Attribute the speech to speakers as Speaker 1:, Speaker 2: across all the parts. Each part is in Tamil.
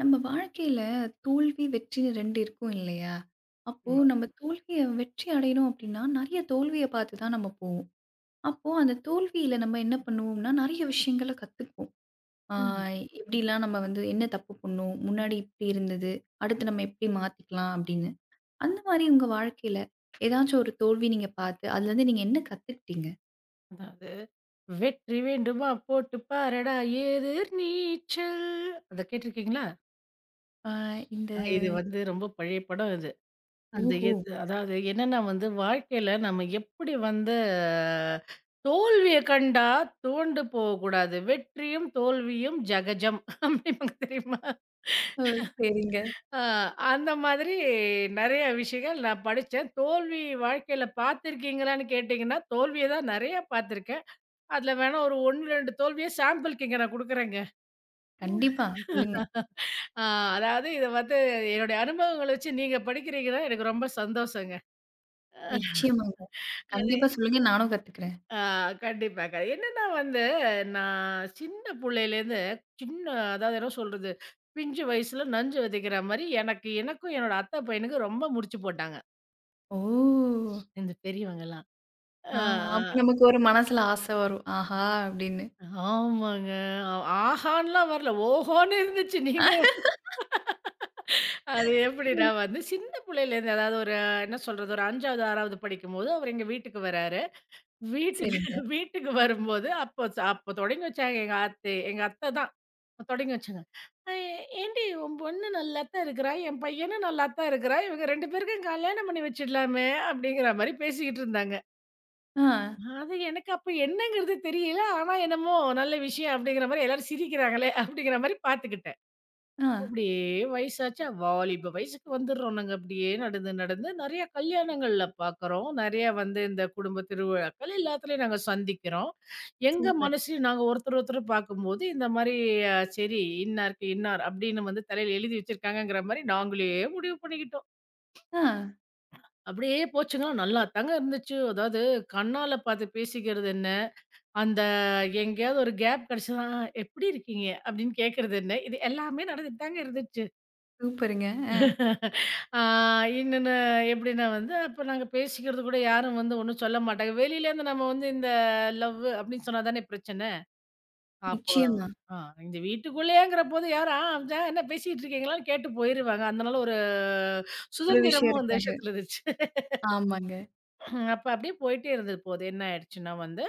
Speaker 1: நம்ம வாழ்க்கையில தோல்வி, வெற்றின்னு 2 இருக்கும் இல்லையா? அப்போ
Speaker 2: ஆமா.
Speaker 1: நம்ம தோல்விய வெற்றி அடையணும் அப்படின்னா, நெறைய தோல்விய பார்த்து தான் நம்ம போவோம். அப்போ அந்த தோல்வியில நம்ம என்ன பண்ணுவோம்னா, நெறைய விஷயங்கள கத்துப்போம். ஆ.
Speaker 2: ம்.
Speaker 1: எப்படிலாம் நம்ம வந்து என்ன தப்பு பண்ணோம்? முன்னாடி இப்படி இருந்தது. அடுத்து நம்ம எப்படி மாத்திக்கலாம் அப்படின்னு. அந்த மாரி உங்க வாழ்க்கையில ஏதாச்சும் ஒரு தோல்வி நீங்க பார்த்து, அதுலருந்து நீங்க என்ன கத்துக்கிட்டீங்க?
Speaker 2: அதாவது "வெற்றி வேண்டுமா போட்டு பாரடா எதிர் நீச்சல்" அத கேட்டிருக்கீங்களா?
Speaker 1: ஆ. இந்த
Speaker 2: இது வந்து ரொம்ப பழைய படம் இது. அந்த
Speaker 1: ஓஹோ!
Speaker 2: எது அதாவது என்னன்னா வந்து வாழ்க்கையில நம்ம எப்படி வந்து தோல்விய கண்டா துவண்டு போகக்கூடாது. வெற்றியும் தோல்வியும் ஜகஜம் அப்படிம்பாங்க தெரியுமா?
Speaker 1: ஓ! சரிங்க.
Speaker 2: ஆ அந்த மாதிரி நெறைய விஷயங்கள் நான் படிச்சேன். தோல்வி வாழ்க்கையில பார்த்துருக்கீங்களான்னு கேட்டீங்கன்னா, தோல்விய தான் நெறைய பார்த்துருக்கேன். அதில வேணா ஒரு 1, 2 தோல்விய சாம்பிள்க்கு இங்க நான் குடுக்குறேங்க.
Speaker 1: கண்டிப்பா. சொல்லுங்க.
Speaker 2: ஆ அதாவது இத வந்து என்னுடைய அனுபவங்கள வச்சு நீங்க படிக்கிறீங்கன்னா எனக்கு ரொம்ப சந்தோஷங்க.
Speaker 1: நிச்சயமாங்க. கண்டிப்பா சொல்லுங்க. நானும் கத்துக்கிறேன்.
Speaker 2: ஆ கண்டிப்பாங்க. என்னன்னா வந்து நான் சின்ன புள்ளையிலேருந்து சின்ன அதாவது என்ன சொல்றது? பிஞ்சு வயசுல நஞ்சு விதைக்கிற மாரி எனக்கு எனக்கும் என்னோட அத்தை பையனுக்கும் ரொம்ப முடிச்சு போட்டாங்க.
Speaker 1: ஓ!
Speaker 2: இந்த பெரியவங்கலாம்.
Speaker 1: ஆ,
Speaker 2: ஆ ஆ
Speaker 1: அப்ப நமக்கு ஒரு மனசுல ஆசை வரும். ஆஹா! அப்படின்னு.
Speaker 2: ஆமாங்க. ஆ, ஆஹான்லாம் வரல. ஓஹோன்னு இருந்துச்சு. நீங்க அது எப்படின்னா
Speaker 1: ம்.
Speaker 2: வந்து சின்ன பிள்ளையிலேருந்து அதாவது ஒரு என்ன சொல்றது ஒரு 5வது, 6வது படிக்கும்போது அவரு எங்க வீட்டுக்கு வராரு. வீட்டுக்கு
Speaker 1: சரிங்க.
Speaker 2: வீட்டுக்கு வரும்போது அப்போ அப்போ தொடங்கி வச்சாங்க எங்க ஆத்தி எங்க அத்தை தான் தொடங்கி வச்சாங்க. அ "ஏன்டி உன் பொண்ணு நல்லா தான் இருக்கிறா, என் பையனும் நல்லா தான் இருக்கிறா. இவங்க 2 பேருக்கும் கல்யாணம் பண்ணி வச்சிடலாமே!" அப்படிங்கிற மாரி பேசிக்கிட்டு இருந்தாங்க.
Speaker 1: ஆ,
Speaker 2: அது எனக்கு அப்ப என்னங்கிறது தெரியல. ஆனா என்னமோ நல்ல விஷயம் அப்படிங்கிற மாரி எல்லாரும் சிரிக்கிறாங்களே அப்படிங்கிற மாரி பார்த்துக்கிட்டேன்.
Speaker 1: ஆ,
Speaker 2: அப்படியே வயசாச்சா, வாலிப வயசுக்கு வந்துர்றோம் நாங்க அப்படியே நடந்து, நடந்து. நெறைய கல்யாணங்கள்ல பார்க்குறோம். நெறைய வந்து இந்த குடும்ப திருவிழாக்கள் எல்லாத்துலயும் நாங்க சந்திக்கிறோம். எங்க
Speaker 1: சூப்பர்.
Speaker 2: மனசுலயும் நாங்க ஒருத்தர், ஒருத்தர் பார்க்கும்போது இந்த மாரி சரி இன்னாருக்கு இன்னார் அப்படின்னு வந்து தலையில எழுதி வச்சிருக்காங்கங்கிற மாரி நாங்களே முடிவு பண்ணிக்கிட்டோம்.
Speaker 1: ஆ,
Speaker 2: அப்படியே போச்சுங்க. நல்லா தாங்க இருந்துச்சு. அதாவது கண்ணால பார்த்து பேசிக்கிறது என்ன, அந்த எங்கேயாவது ஒரு கேப் கெடைச்சதுனா, "எப்படி இருக்கீங்க?" அப்படின்னு கேட்கறது என்ன, இது எல்லாமே நடந்துட்டு தாங்க இருந்துச்சு.
Speaker 1: சூப்பருங்க. அ,
Speaker 2: ஆ இன்னொன்னு எப்படின்னா வந்து, அப்ப நாங்க பேசிக்கிறது கூட யாரும் வந்து ஒண்ணும் சொல்ல மாட்டாங்க. வெளியிலேருந்து நம்ம வந்து இந்த லவ் அப்படின்னு சொன்னா தானே பிரச்சனை. அப்போ
Speaker 1: நிச்சயமா.
Speaker 2: ஆ இந்த வீட்டுக்குள்ளேயேங்கிறபோது யாரும், ஆ ஜ என்ன பேசிட்டு இருக்கீங்களான்னு கேட்டு போயிருவாங்க. அதனால ஒரு
Speaker 1: ஒரு விஷயம்
Speaker 2: சுதந்திரமும் அந்த
Speaker 1: இருக்காது.
Speaker 2: விஷயத்துல இருந்துச்சு.
Speaker 1: ஆமாங்க.
Speaker 2: அப்ப அப்படியே போயிட்டே இருந்தது போது. என்ன ஆயிடுச்சுன்னா வந்து,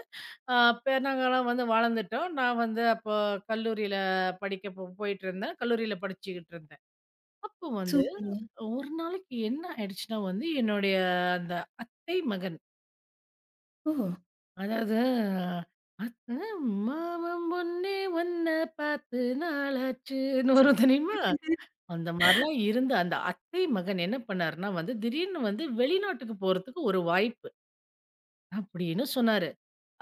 Speaker 2: அப்ப நாங்கலாம் வந்து வளர்ந்துட்டோம். நான் வந்து அப்போ கல்லூரியில படிக்க போயிட்டுருந்தேன். கல்லூரியில படிச்சுக்கிட்டு இருந்தேன். அப்போ வந்து
Speaker 1: சூப்பருங்க.
Speaker 2: ஒரு நாளைக்கு என்ன ஆயிடுச்சுன்னா வந்து, என்னுடைய அந்த அத்தை மகன்.
Speaker 1: ஓ!
Speaker 2: அதாவது "அத்த மாமன் பொண்ணே ஒன்ன பார்த்து நாளாச்சுன்னு" வரும் தெரியுமா? அந்த மாரிலாம் இருந்த அந்த அத்தை மகன் என்ன பண்ணாருன்னா வந்து, திடீர்னு வந்து வெளிநாட்டுக்கு போறதுக்கு ஒரு வாய்ப்பு அப்படின்னு சொன்னாரு.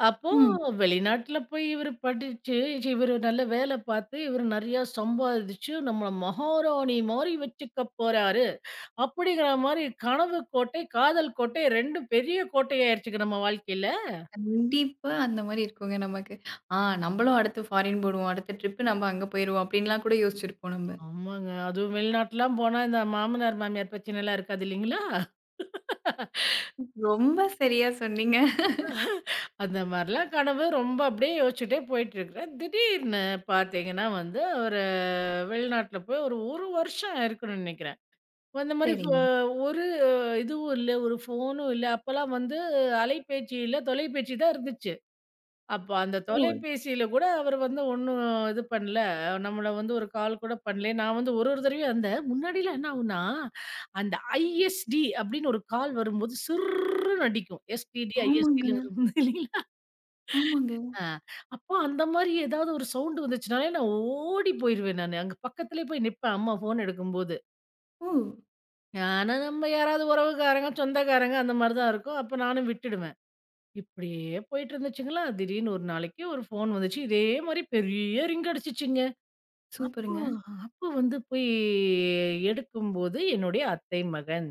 Speaker 2: அப்போ
Speaker 1: ம்.
Speaker 2: வெளிநாட்ல போய் இவரு படிச்சு, இவரு நல்ல வேலை பார்த்து, இவரு நெறையா சம்பாதிச்சு, நம்மள மகாராணி மாரி வச்சுக்க போறாரு. அப்படிங்கிற மாரி கனவு கோட்டை, காதல் கோட்டை 2ம் பெரிய கோட்டையாயிருச்சுங்க நம்ம வாழ்க்கையில.
Speaker 1: கண்டிப்பா அந்த மாரி இருக்குங்க நமக்கு. ஆ. நம்பளும் அடுத்து ஃபாரின் போடுவோம். அடுத்த ட்ரிப் நம்ம அங்க போயிருவோம். அப்படின்லாம் கூட யோசிச்சிருப்போம் நம்ம.
Speaker 2: ஆமாங்க. அதுவும் வெளிநாட்டுலாம் போனா இந்த மாமனார், மாமியார் பிரச்சனைலாம் இருக்காது இல்லைங்களா?
Speaker 1: ரொம்ப சரியா சொன்னீங்க.
Speaker 2: அந்த மாரிலாம் கனவு ரொம்ப அப்படியே யோசிச்சுட்டே போயிட்டுருக்கிறேன். திடீர்னு பார்த்தீங்கன்னா வந்து, ஒரு வெளிநாட்ல போய் ஒரு 1 வருஷம் இருக்கணும்னு நெனைக்கிறேன். அந்த மாரி
Speaker 1: சரிங்க.
Speaker 2: ஒரு இதுவும் இல்ல, ஒரு ஃபோனும் இல்ல. அப்பலாம் வந்து அலைபேச்சி இல்ல, தொலைபேச்சி தான் இருந்துச்சு. அப்ப அந்த
Speaker 1: ஓ!
Speaker 2: தொலைபேசியில கூட அவர் வந்து ஒண்ணும் இது பண்ணல. நம்மள வந்து ஒரு கால் கூட பண்ணல. நான் வந்து ஒரு ஒரு தடவையும் அந்த முன்னாடிலாம் என்ன ஆகும்னா, அந்த ISD அப்படின்னு ஒரு கால் வரும்போது சிர்ருன்னு அடிக்கும். STD,
Speaker 1: ஆமாங்க,
Speaker 2: ISDன்னு வரும்போது இல்லைங்களா?
Speaker 1: ஆமாங்க.
Speaker 2: ஆ, அப்போ அந்த மாரி ஏதாவது ஒரு சவுண்ட் வந்துச்சுனாலே நான் ஓடி போயிருவேன் நானு. அங்க பக்கத்திலேயே போய் நிப்பேன் அம்மா ஃபோன் எடுக்கும்போது.
Speaker 1: ஓ!
Speaker 2: ஆனா நம்ம யாராவது உறவுக்காரங்க, சொந்தக்காரங்க அந்த மாரி தான் இருக்கும். அப்ப நானும் விட்டுடுவேன். இப்படியே போயிட்டு இருந்துச்சுங்களா, திடீர்னு ஒரு நாளைக்கு ஒரு ஃபோன் வந்துச்சு. இதே மாரி பெரிய ரிங் அடிச்சுச்சுங்க. ஓ!
Speaker 1: சூப்பருங்க.
Speaker 2: அப்ப வந்து போய் எடுக்கும்போது, என்னுடைய அத்தை மகன்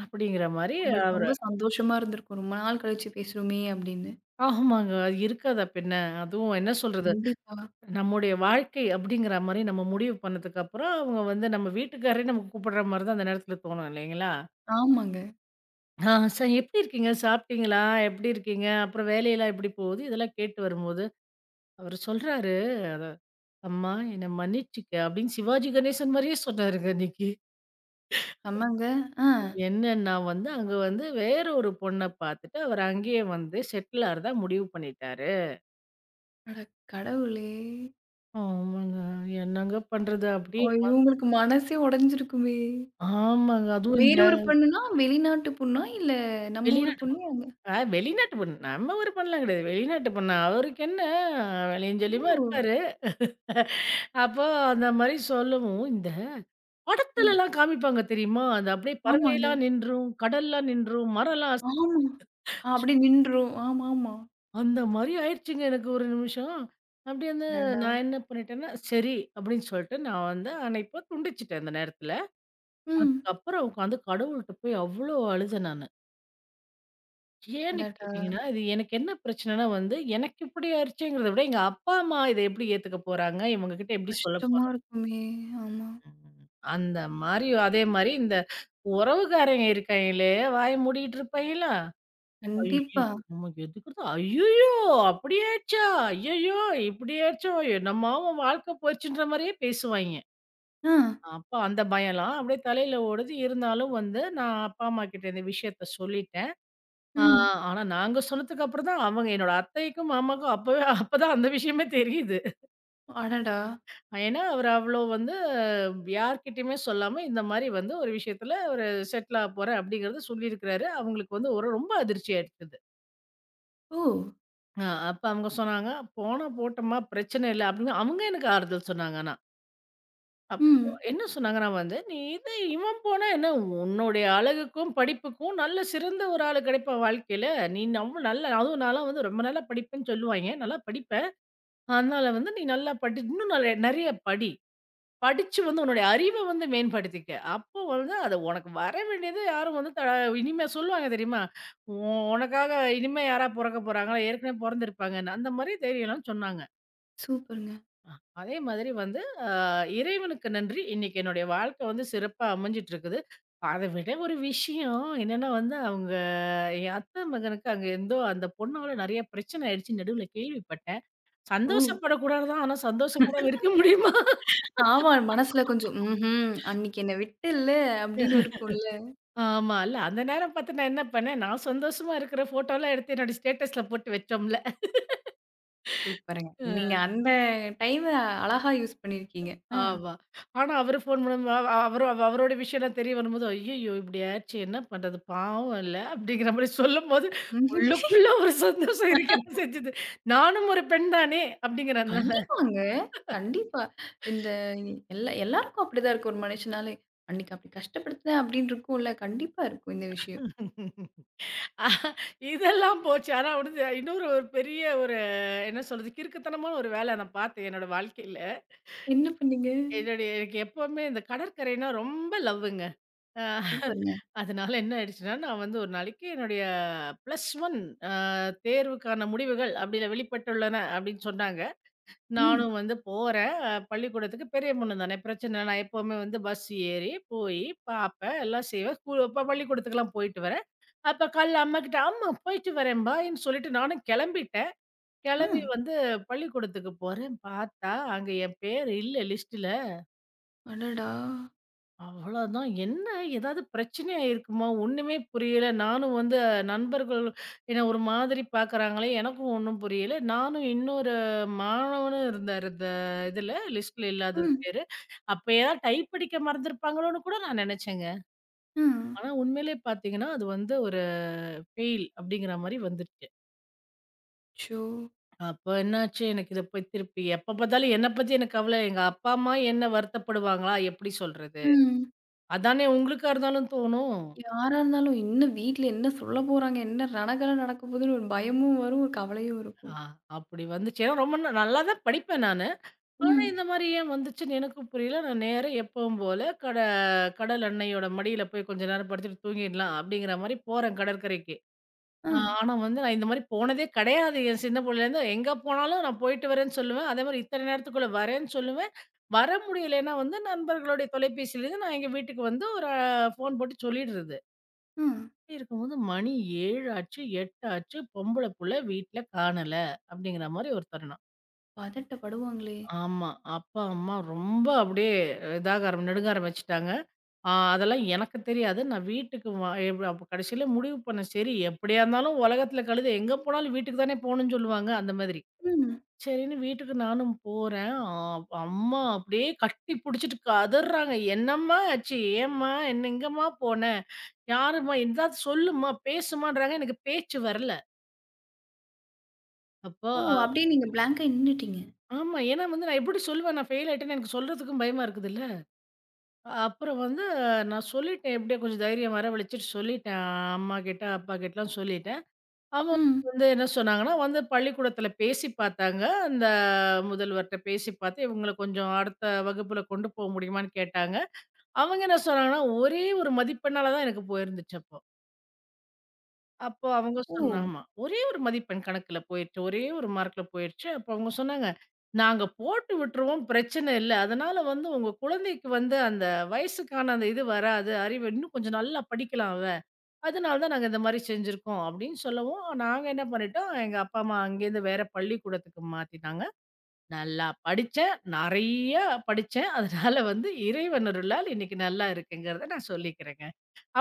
Speaker 2: அப்படிங்கிற மாரி
Speaker 1: உங்களுக்கு
Speaker 2: அவரு
Speaker 1: ரொம்ப சந்தோஷமா இருந்திருக்கும். ரொம்ப நாள் கழிச்சு பேசுறோமே அப்படின்னு.
Speaker 2: ஆமாங்க. அது இருக்காதா பின்ன. அதுவும் என்ன சொல்றது,
Speaker 1: கண்டிப்பா.
Speaker 2: நம்முடைய வாழ்க்கை அப்படிங்கிற மாரி நம்ம முடிவு பண்ணதுக்கப்புறம், அவங்க வந்து நம்ம வீட்டுக்காரரே நமக்கு கூப்பிடுற மாரி தான் அந்த நேரத்துல தோணும் இல்லைங்களா?
Speaker 1: ஆமாங்க.
Speaker 2: ஆ சார் எப்படி இருக்கீங்க? சாப்பிட்டீங்களா? எப்படி இருக்கீங்க? அப்புறம் வேலையெல்லாம் எப்படி போகுது? இதெல்லாம் கேட்டு வரும்போது, அவரு சொல்றாரு அத அம்மா என்ன மன்னிச்சுக்க அப்படின்னு சிவாஜி கணேசன் மாரியே சொன்னாருங்க அன்னைக்கு.
Speaker 1: ஆமாங்க. ஆ.
Speaker 2: என்னன்னா வந்து அங்க வந்து வேற ஒரு பொண்ண பார்த்துட்டு அவர் அங்கேயே வந்து செட்டில் ஆறதா முடிவு பண்ணிட்டாரு.
Speaker 1: அட, கடவுளே!
Speaker 2: ஆமாங்க. என்னங்க பண்றது
Speaker 1: ஓ!
Speaker 2: அப்படியே
Speaker 1: இவங்களுக்கு மனசே உடைஞ்சிருக்குமே!
Speaker 2: ஆமாங்க. அதுவும்
Speaker 1: வேற
Speaker 2: இந்த
Speaker 1: ஒரு பொண்ணுனா, வெளிநாட்டு பொண்ணா? இல்ல நம்ம ஊர்
Speaker 2: வெளிநாட்டு
Speaker 1: பொண்ணு அங்க
Speaker 2: வெளிநாட்டு பொண்ணு. நம்ம ஒரு பொண்ணுலாம் கிடையாது. வெளிநாட்டு பொண்ணு. அவருக்கு என்ன வெளஞ்சொலியுமா இருப்பாரு. அப்போ அந்த மாரி சொல்லவும் இந்த
Speaker 1: ம்.
Speaker 2: படத்துலலாம் காமிப்பாங்க தெரியுமா? அது அப்படியே
Speaker 1: ஆமாங்க.
Speaker 2: பறவைலாம் நின்றும், கடல்லாம் நின்றும், மரம்லாம்
Speaker 1: ஆமா. அப்படியே நின்றும். ஆமாமா.
Speaker 2: அந்த மாரி ஆயிடுச்சுங்க எனக்கு ஒரு நிமிஷம். அப்படி வந்து
Speaker 1: அடடா!
Speaker 2: நான் என்ன பண்ணிட்டேன்னா, "சரி" அப்படின்னு சொல்லிட்டு நான் வந்து அணைப்ப துண்டிச்சுட்டேன் அந்த நேரத்துல.
Speaker 1: ம்.
Speaker 2: அதுக்கப்புறம் உட்காந்து கடவுள்ட்ட போய் அவ்ளோ அழுதேன் நானு. ஏன்னு
Speaker 1: அடடா!
Speaker 2: கேட்டீங்கன்னா, இது எனக்கு என்ன பிரச்சனைன்னா வந்து, எனக்கு இப்படி ஆயிடுச்சேங்கிறத விட, எங்க அப்பா, அம்மா இத எப்படி ஏத்துக்க போறாங்க? இவங்க கிட்ட எப்படி சொல்ல
Speaker 1: கஷ்டமா
Speaker 2: போறோம்?
Speaker 1: இருக்குமே! ஆமா.
Speaker 2: ம். அந்த மாரி அதே மாரி இந்த உறவுக்காரங்க இருக்காய்ங்களே, வாய மூடிக்கிட்டு இருப்பாய்ங்களா?
Speaker 1: கண்டிப்பா.
Speaker 2: ஐய்யய்யோ! நமக்கு எதுக்குடா ஐய்யய்யோ! அப்படி ஆயிடுச்சா? ஐய்யய்யோ! இப்படி ஆயிடுச்சோ! என்னம்மா உன் வாழ்க்கை போச்சுன்ற மாரியே பேசுவாய்ங்க.
Speaker 1: ஆ.
Speaker 2: அப்ப அந்த பயம்லாம் அப்படியே தலையில ஓடுது. இருந்தாலும் வந்து நான் அப்பா, அம்மா கிட்ட இந்த விஷயத்த சொல்லிட்டேன். ஆ
Speaker 1: ம்.
Speaker 2: ஆனா நாங்க சொன்னதுக்கு அப்புறம் தான் அவங்க என்னோட அத்தைக்கும், மாமாக்கும் அப்பதான் அந்த விஷயமே தெரியுது.
Speaker 1: அடடா!
Speaker 2: ஏன்னா, அவரு அவ்வளோ வந்து யார்கிட்டயுமே சொல்லாம இந்த மாரி வந்து ஒரு விஷயத்துல ஒரு செட்டில் ஆக போறேன் அப்படிங்கிறத சொல்லியிருக்கிறாரு. அவங்களுக்கு வந்து ஒரு ரொம்ப அதிர்ச்சி ஆயிருக்குது.
Speaker 1: ஓ!
Speaker 2: ஆ, அப்ப அவங்க சொன்னாங்க, "போனா போட்டம்மா பிரச்சனை இல்ல." அப்படின்னு அவங்க எனக்கு ஆறுதல் சொன்னாங்க ஆனா. அப்போ
Speaker 1: ம்.
Speaker 2: என்ன சொன்னாங்கன்னா வந்து, "நீ இது இவன் போனா என்ன உன்னுடைய அழகுக்கும், படிப்புக்கும் நல்ல சிறந்த ஒரு ஆளு கிடைப்பான் வாழ்க்கையில. நீ நம்ம நல்லா அதுவும் நான்லாம் வந்து ரொம்ப நல்லா படிப்பேன்னு சொல்லுவாய்ங்க. நல்லா படிப்பேன். அதனால வந்து நீ நல்லா படி இன்னும் நெறைய நெறைய படி. படிச்சு வந்து உன்னுடைய அறிவ வந்து மேம்படுத்திக்க. அப்போ வந்து அது உனக்கு வர வேண்டியது யாரும் வந்து இனிமே சொல்லுவாங்க தெரியுமா? "உ உனக்காக இனிமே யாரா பொறக்க போறாங்களா? ஏற்கனவே பொறந்திருப்பாங்கன்னு." அந்த மாரி தைரியம்லாம் சொன்னாங்க.
Speaker 1: சூப்பருங்க.
Speaker 2: அதே மாதிரி வந்து அ இறைவனுக்கு நன்றி. இன்னைக்கு என்னுடைய வாழ்க்கை வந்து சிறப்பா அமைஞ்சிட்டுருக்குது. அத விட ஒரு விஷயம் என்னன்னா வந்து, அவங்க என் அத்தை மகனுக்கு அங்க எந்தோ அந்த பொண்ணால நெறைய பிரச்சனை ஆயிடுச்சு நடுவுல கேள்விப்பட்டேன்.
Speaker 1: ஓ!
Speaker 2: சந்தோஷப்படக்கூடாது தான். ஆனா சந்தோஷப்படாம இருக்க முடியுமா?
Speaker 1: ஆமா. மனசுல கொஞ்சம் ம்ஹ்ம். அன்னைக்கு என்ன விட்டல்ல அப்படின்னு இருக்கும்ல.
Speaker 2: ஆமா. இல்ல அந்த நேரம் பார்த்து நான் என்ன பண்ணேன், நான் சந்தோஷமா இருக்கிற ஃபோட்டோலாம் எடுத்து என்னோட ஸ்டேட்டஸ்ல போட்டு வச்சோம்ல.
Speaker 1: சூப்பருங்க.
Speaker 2: அ.
Speaker 1: நீங்க அந்த டைம அழகா யூஸ் பண்ணியிருக்கீங்க. ஆ.
Speaker 2: ஆமா. ஆனா அவரு ஃபோன் பண்ணும்போது அவரோட விஷயம்லாம் தெரிய வரும்போது, "ஐய்யய்யோ! இப்படி ஆச்சு என்ன பண்றது? பாவம் இல்ல." அப்படிங்கிற மாரி சொல்லும்போது, உள்ளுக்குள்ள ஒரு சந்தோஷம் இருக்கத்தான் செஞ்சது. நானும் ஒரு பெண் தானே அப்படிங்கிறன்ல.
Speaker 1: கண்டிப்பாங்க. கண்டிப்பா. இந்த எல்லாருக்கும் அப்படிதான் இருக்கும் ஒரு மனுஷனாலே. அன்னைக்கு அப்படி கஷ்டப்படுத்துனேன் அப்படின்னு இருக்கும்ல. கண்டிப்பா இருக்கும் இந்த விஷயம்.
Speaker 2: இதெல்லாம் போச்சு. ஆனா வந்து ஒரு பெரிய ஒரு என்ன சொல்றது? கிறுக்குத்தனமான ஒரு வேலை நான் பார்த்தேன் என்னோட வாழ்க்கையில.
Speaker 1: என்ன பண்ணீங்க?
Speaker 2: என்னுடைய எனக்கு எப்பவுமே இந்த கடற்கரைன்னா ரொம்ப லவ்வுங்க. அ.
Speaker 1: சூப்பருங்க.
Speaker 2: அதனால என்ன ஆயிடுச்சுன்னா, நான் வந்து ஒரு நாளைக்கு என்னுடைய ப்ளஸ் 1 அ தேர்வுக்கான முடிவுகள் அப்டில வெளிப்பட்டுள்ளன அப்டின்னு சொன்னாங்க.
Speaker 1: ம்.
Speaker 2: நானும் வந்து போறேன். பள்ளிக்கூடத்துக்கு பெரிய பொண்ணு தானே பிரச்சனை இல்ல. நான் எப்பவுமே வந்து பஸ் ஏறி போயி பார்ப்பேன், எல்லாம் செய்வேன். ஸ்கூல் அப்ப பள்ளிக்கூடத்துக்குலாம் போயிட்டு வரேன். அப்ப காலைல அம்மாகிட்ட, "அம்மா போயிட்டு வரேன் பாய்ன்னு" சொல்லிட்டு நானும் கெளம்பிட்டேன்.
Speaker 1: ஆ.
Speaker 2: கெளம்பி வந்து பள்ளிக்கூடத்துக்கு போறேன். பார்த்தா அங்க என் பேர் இல்ல லிஸ்ட்ல.
Speaker 1: அடடா!
Speaker 2: அவ்வளோதான். என்ன ஏதாவது பிரச்சனையா இருக்குமா? ஒண்ணுமே புரியல. நானும் வந்து நண்பர்கள் என்ன ஒரு மாதிரி பார்க்குறாங்களே! எனக்கும் ஒண்ணும் புரியல. நானும் இன்னொரு மாணவனும் இருந்தாரு இந்த இதுல லிஸ்ட்ல இல்லாதது
Speaker 1: ம்.
Speaker 2: பேரு. அப்ப ஏதாவது டைப் அடிக்க மறந்திருப்பாங்களோன்னு கூட நான் நெனச்சேங்க.
Speaker 1: ம்.
Speaker 2: ஆனா உண்மையிலே பார்த்தீங்கன்னா, அது வந்து ஒரு ஃபெயில் அப்டிங்கிற மாரி வந்துருச்சு.
Speaker 1: அச்சோ!
Speaker 2: அப்ப என்னாச்சு எனக்கு இத போய் திருப்பி எப்ப பார்த்தாலும் என்ன பத்தி எனக்கு கவல. எங்க அப்பா, அம்மா என்ன வருத்தப்படுவாங்களா? எப்டி சொல்றது?
Speaker 1: ம்.
Speaker 2: அதானே உங்களுக்கா இருந்தாலும் தோணும்.
Speaker 1: யாரா இருந்தாலும் இன்னும் வீட்ல என்ன சொல்ல போறாங்க? என்ன ரணகலம் நடக்க போகுதுன்னு ஒரு பயமும் வரும், ஒரு கவலையும்
Speaker 2: ஆ,
Speaker 1: இருக்கும்.
Speaker 2: அப்படி வந்துச்சு. ஏன்னா ரொம்ப நல்லா தான் படிப்பேன் நானு. ஆனா,
Speaker 1: ம்.
Speaker 2: இந்த மாரி ஏன் வந்துச்சுன்னு எனக்கும் புரியல. நான் நேரா எப்பவும் போல கடல் அன்னையோட மடியில போய் கொஞ்ச நேரம் படுத்துட்டு தூங்கிடலாம் அப்படிங்கிற மாரி போறேன் கடற்கரைக்கு.
Speaker 1: ஆ.
Speaker 2: ஆனா வந்து நான் இந்த மாரி போனதே கிடையாது. என் சின்ன புள்ளையிலேருந்து எங்க போனாலும் நான் போயிட்டு வரேன்னு சொல்லுவேன். அதே மாரி இத்தன நேரத்துக்குள்ள வரேன்னு சொல்லுவேன். வர முடியலைன்னா வந்து நண்பர்களுடைய தொலைபேசியிலேருந்து நான் எங்க வீட்டுக்கு வந்து ஒரு ஃபோன் போட்டு சொல்லிடுறது.
Speaker 1: ஆ.
Speaker 2: அப்படி இருக்கும்போது மணி 7 ஆச்சு, 8 ஆச்சு பொம்பள புள்ள வீட்ல காணல அப்படிங்கிற மாரி ஒரு தருணம்.
Speaker 1: பதட்டப்படுவாங்களே!
Speaker 2: ஆமா. அப்பா, அம்மா ரொம்ப அப்படியே இதாக ஆரம் நடுங்க ஆரம்பிச்சுட்டாங்க. அதெல்லாம் எனக்கு தெரியாது. நான் வீட்டுக்கு வ எப் அப்ப கடைசியில முடிவு பண்ணேன். சரி எப்படியா இருந்தாலும் உலகத்துல கழுதை எங்க போனாலும் வீட்டுக்கு தானே போணும்னு சொல்லுவாங்க, அந்த மாதிரி.
Speaker 1: ம்.
Speaker 2: சரின்னு வீட்டுக்கு நானும் போறேன். அம்மா அப்படியே கட்டி புடிச்சுட்டு கதர்றாங்க. "என்னம்மா ஆச்சு? ஏம்மா? என்ன எங்கம்மா போன? யாரும்மா? எதாவது சொல்லும்மா, பேசும்மான்றாங்க." எனக்கு பேச்சு வரல. அப்போ
Speaker 1: ஓ! அப்படியே நீங்க பிளாங்க்கா நின்னுட்டீங்க.
Speaker 2: ஆமா. ஏன்னா வந்து நான் எப்படி சொல்லுவேன்? நான் ஃபெயில் ஆயிட்டேன்னு எனக்கு சொல்றதுக்கும் பயமா இருக்குதுல்ல. அப்புறம் வந்து நான் சொல்லிட்டேன் எப்படியோ கொஞ்சம் தைரியம் வரவழைச்சுட்டு சொல்லிட்டேன் அம்மா கிட்ட, அப்பா கிட்டலாம் சொல்லிட்டேன். அவங்க
Speaker 1: ம்.
Speaker 2: வந்து என்ன சொன்னாங்கன்னா, வந்து பள்ளிக்கூடத்தில பேசி பார்த்தாங்க. அந்த முதல்வர்ட்ட பேசி பார்த்து இவங்கள கொஞ்சம் அடுத்த வகுப்புல கொண்டு போ முடியுமான்னு கேட்டாங்க. அவங்க என்ன சொன்னாங்கன்னா, ஒரே ஒரு மதிப்பெண்ணால தான் எனக்கு போயிருந்துச்சு அப்போ. அப்போ அவங்க
Speaker 1: ஓ!
Speaker 2: சொன்னா ஆமா. ஒரே ஒரு மதிப்பெண் கணக்குல போயிருச்சு. ஒரே ஒரு மார்க்ல போயிருச்சு. அப்போ அவங்க சொன்னாங்க, "நாங்க போட்டு விட்டுருவோம். பிரச்சனை இல்ல. அதனால வந்து உங்க குழந்தைக்கு வந்து அந்த வயசுக்கான அந்த இது வராது. அறிவு இன்னும் கொஞ்சம் நல்லா படிக்கலாம் அவ. அதனால தான் நாங்க இந்த மாரி செஞ்சிருக்கோம்." அப்படின்னு சொல்லவும், நாங்க என்ன பண்ணிட்டோம், எங்க அப்பா, அம்மா அங்கேருந்து வேற பள்ளிக்கூடத்துக்கு மாத்திட்டாங்க. நல்லா படிச்சேன். நெறைய படிச்சேன். அதனால வந்து இறைவன் அருளால் இன்னைக்கு நல்லா இருக்கேங்கிறத நான் சொல்லிக்கிறேங்க.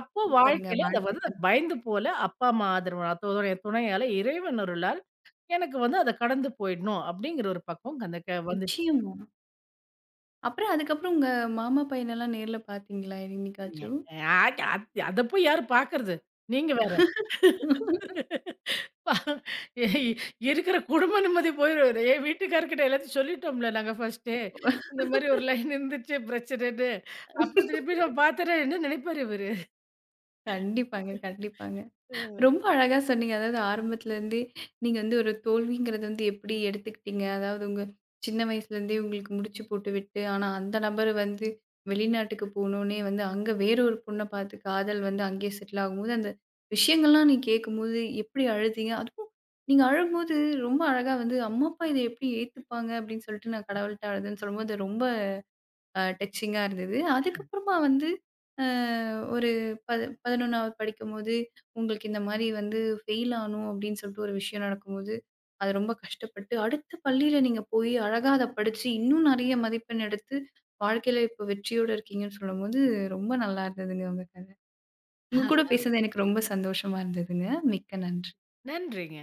Speaker 2: அப்போ
Speaker 1: சூப்பருங்க.
Speaker 2: வாழ்க்கையில அத வந்து
Speaker 1: வாழ்த்துக்கள்.
Speaker 2: நான் பயந்து போல, அப்பா, அம்மா ஆதரவு அதோடைய துணையால இறைவன் அருளால் எனக்கு வந்து அத கடந்து போயிடணும் அப்படிங்கிற ஒரு பக்குவம் அந்த க வந்துச்சுங்க.
Speaker 1: நிச்சயமா. அப்புறம் அதுக்கப்புறம் உங்க மாமா பையனெல்லாம் நேர்ல பார்த்தீங்களா என்னைக்காச்சும்?
Speaker 2: ஆட் அத் அத போய் யாரு பார்க்கறது? நீங்க வேற. பா இ இருக்கிற குடும்ப நிம்மதி போயிரும். என் வீட்டுக்காரர்கிட்ட எல்லாத்தையும் சொல்லிட்டோம்ல நாங்க ஃபர்ஸ்ட்டே. இந்த மாரி ஒரு லைன் இருந்துச்சு பிரச்சனைன்னு. அப்புறம் திருப்பி நான் பார்த்தேன்னா என்ன நினைப்பாரு இவரு?
Speaker 1: கண்டிப்பாங்க, கண்டிப்பாங்க.
Speaker 2: ம்.
Speaker 1: ரொம்ப அழகா சொன்னீங்க. அதாவது ஆரம்பத்துலேருந்தே நீங்க வந்து ஒரு தோல்விங்கிறது வந்து எப்படி எடுத்துக்கிட்டீங்க? அதாவது உங்க சின்ன வயசுலேருந்தே உங்களுக்கு முடிச்சு போட்டுவிட்டு, ஆனா அந்த நபர் வந்து வெளிநாட்டுக்கு போனோனே வந்து அங்க வேற ஒரு பொண்ண பார்த்து காதல் வந்து அங்கேயே செட்டில் ஆகும்போது, அந்த விஷயங்கள்லாம் நீ கேட்கும்போது எப்படி அழுதீங்க? அதுவும் நீங்க அழும்போது ரொம்ப அழகா வந்து, "அம்மா, அப்பா இத எப்படி ஏத்துப்பாங்க?" அப்படின்னு சொல்லிட்டு நான் கடவுள்ட்ட அழுதேன்னு சொல்லும்போது ரொம்ப டச்சிங்கா இருந்தது. அதுக்கப்புறமா வந்து அ ஒரு பதி 11வது படிக்கும்போது, உங்களுக்கு இந்த மாரி வந்து ஃபெயில் ஆனோம் அப்படின்னு சொல்லிட்டு ஒரு விஷயம் நடக்கும்போது, அது ரொம்ப கஷ்டப்பட்டு, அடுத்த பள்ளியில நீங்க போய் அழகா அத படிச்சு, இன்னும் நெறைய மதிப்பெண் எடுத்து, வாழ்க்கையில இப்ப வெற்றியோட இருக்கீங்கன்னு சொல்லும்போது, ரொம்ப நல்லா இருந்ததுங்க உங்க கத. உங்க கூட பேசுனது எனக்கு ரொம்ப சந்தோஷமா இருந்ததுங்க. மிக்க நன்றி.
Speaker 2: நன்றிங்க.